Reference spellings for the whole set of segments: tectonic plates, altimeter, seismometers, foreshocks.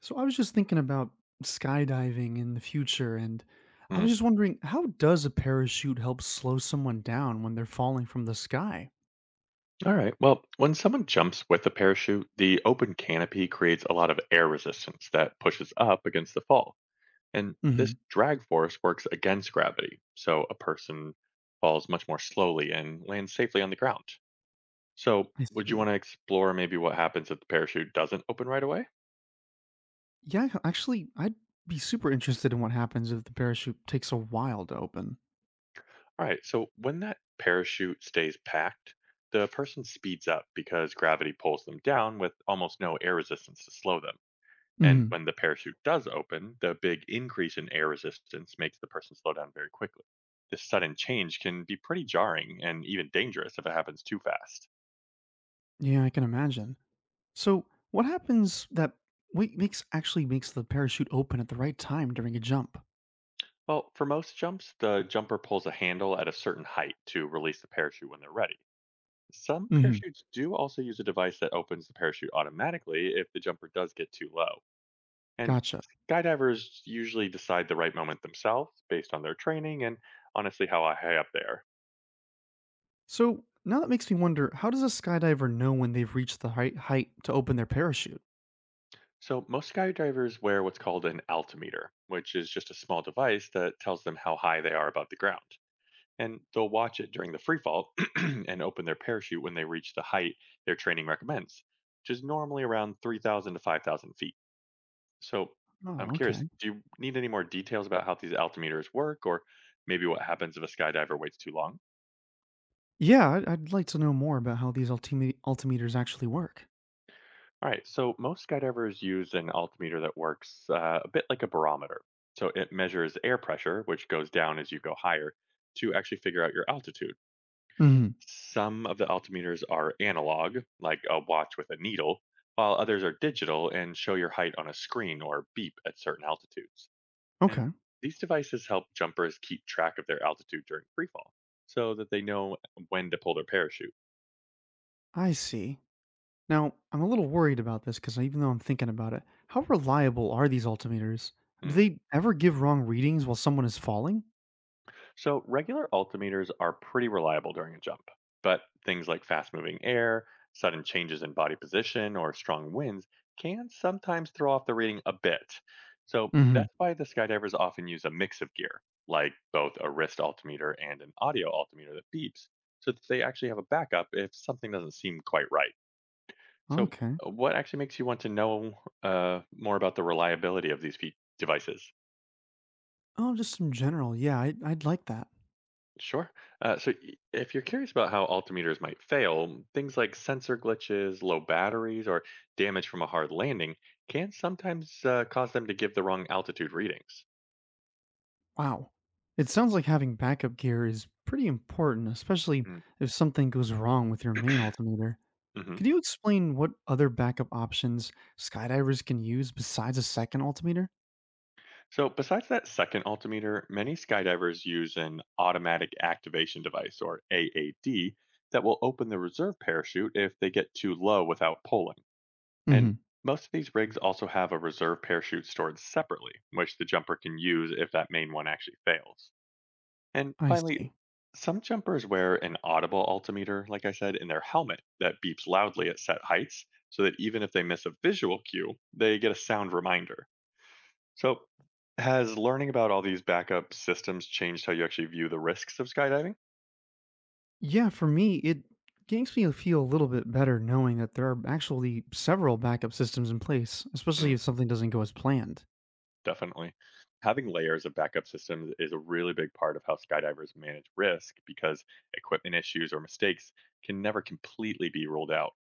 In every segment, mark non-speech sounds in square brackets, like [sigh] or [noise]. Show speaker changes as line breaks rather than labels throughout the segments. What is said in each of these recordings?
So I was just thinking about skydiving in the future, and I
Mm.
was just wondering how does a parachute help slow someone down when they're falling from the sky?
All right. Well, when someone jumps with a parachute, the open canopy creates a lot of air resistance that pushes up against the fall. And this
Hmm.
drag force works against gravity. So a person falls much more slowly and lands safely on the ground. So,
I
would you
see.
want to explore maybe what happens if the parachute doesn't open right away?
Yeah, actually, I'd be super interested in what happens if the parachute takes a while to open.
All right. So, when that parachute stays packed, the person speeds up because gravity pulls them down with almost no air resistance to slow them. And
Hmm.
when the parachute does open, the big increase in air resistance makes the person slow down very quickly. This sudden change can be pretty jarring and even dangerous if it happens too fast.
Yeah, I can imagine. So what happens that wait makes actually makes the parachute open at the right time during a jump?
Well, for most jumps, the jumper pulls a handle at a certain height to release the parachute when they're ready. Some
Hmm.
parachutes do also use a device that opens the parachute automatically if the jumper does get too low. And
Gotcha.
skydivers usually decide the right moment themselves based on their training and honestly how high up they are.
So now that makes me wonder: how does a skydiver know when they've reached the height to open their parachute?
So most skydivers wear what's called an altimeter, which is just a small device that tells them how high they are above the ground. And they'll watch it during the free fall [clears throat] and open their parachute when they reach the height their training recommends, which is normally around 3,000 to 5,000 feet. So I'm
Oh,
curious,
okay.
do you need any more details about how these altimeters work or maybe what happens if a skydiver waits too long?
Yeah, I'd like to know more about how these altimeters actually work.
All right, so most skydivers use an altimeter that works a bit like a barometer. So it measures air pressure, which goes down as you go higher, to actually figure out your altitude.
Hmm.
Some of the altimeters are analog, like a watch with a needle, while others are digital and show your height on a screen or beep at certain altitudes. And
Okay,
these devices help jumpers keep track of their altitude during freefall so that they know when to pull their parachute.
I see. Now, I'm a little worried about this because even though I'm thinking about it, how reliable are these altimeters? Do
Hmm.
they ever give wrong readings while someone is falling?
So, regular altimeters are pretty reliable during a jump, but things like fast moving air, sudden changes in body position, or strong winds can sometimes throw off the reading a bit. So,
Hmm.
that's why the skydivers often use a mix of gear, like both a wrist altimeter and an audio altimeter that beeps, so that they actually have a backup if something doesn't seem quite right. So,
Okay.
what actually makes you want to know more about the reliability of these devices?
Oh, just in general. Yeah, I'd like that.
Sure. So, if you're curious about how altimeters might fail, things like sensor glitches, low batteries, or damage from a hard landing can sometimes cause them to give the wrong altitude readings.
Wow. It sounds like having backup gear is pretty important, especially
Mm,
if something goes wrong with your main altimeter.
hmm.
Could you explain what other backup options skydivers can use besides a second altimeter?
So, besides that second altimeter, many skydivers use an automatic activation device, or AAD, that will open the reserve parachute if they get too low without pulling. And
Hmm.
most of these rigs also have a reserve parachute stored separately, which the jumper can use if that main one actually fails. And
I
finally,
see.
some jumpers wear an audible altimeter, like I said, in their helmet that beeps loudly at set heights so that even if they miss a visual cue, they get a sound reminder. So, has learning about all these backup systems changed how you actually view the risks of skydiving?
Yeah, for me, it makes me feel a little bit better knowing that there are actually several backup systems in place, especially
Mm,
if something doesn't go as planned.
definitely. Having layers of backup systems is a really big part of how skydivers manage risk because equipment issues or mistakes can never completely be ruled out.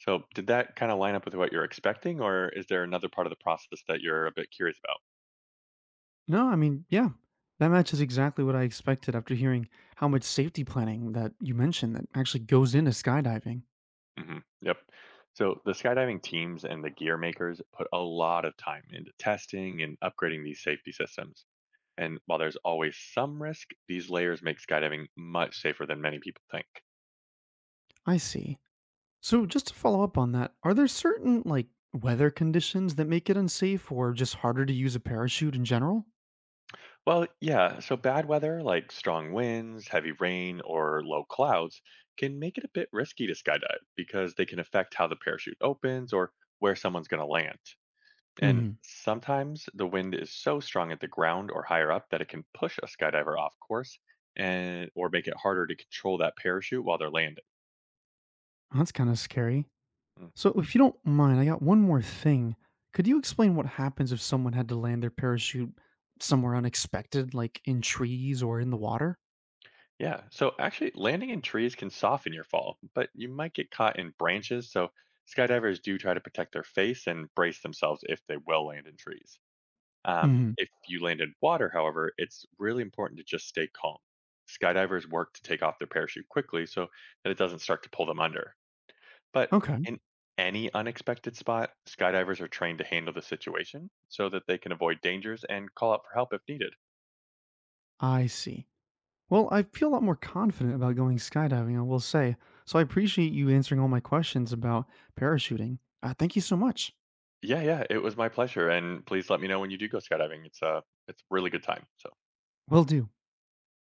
So did that kind of line up with what you're expecting, or is there another part of the process that you're a bit curious about?
No, I mean, yeah, that matches exactly what I expected after hearing how much safety planning that you mentioned that actually goes into skydiving.
Hmm. Yep. So the skydiving teams and the gear makers put a lot of time into testing and upgrading these safety systems. And while there's always some risk, these layers make skydiving much safer than many people think.
I see. So just to follow up on that, are there certain like weather conditions that make it unsafe or just harder to use a parachute in general?
Well, yeah, so bad weather like strong winds, heavy rain, or low clouds can make it a bit risky to skydive because they can affect how the parachute opens or where someone's going to land. And
Mhm.
sometimes the wind is so strong at the ground or higher up that it can push a skydiver off course and or make it harder to control that parachute while they're landing.
That's kind of scary.
Mm.
So if you don't mind, I got one more thing. Could you explain what happens if someone had to land their parachute somewhere unexpected like in trees or in the water?
Yeah, so actually landing in trees can soften your fall, but you might get caught in branches, so skydivers do try to protect their face and brace themselves if they will land in trees.
Mhm.
If you land in water, however, it's really important to just stay calm. Skydivers work to take off their parachute quickly so that it doesn't start to pull them under. But
Okay.
in any unexpected spot, skydivers are trained to handle the situation so that they can avoid dangers and call out for help if needed.
I see. Well, I feel a lot more confident about going skydiving, I will say. So I appreciate you answering all my questions about parachuting. Thank you so much.
Yeah, yeah, it was my pleasure, and please let me know when you do go skydiving. It's a really good time. So
Will do.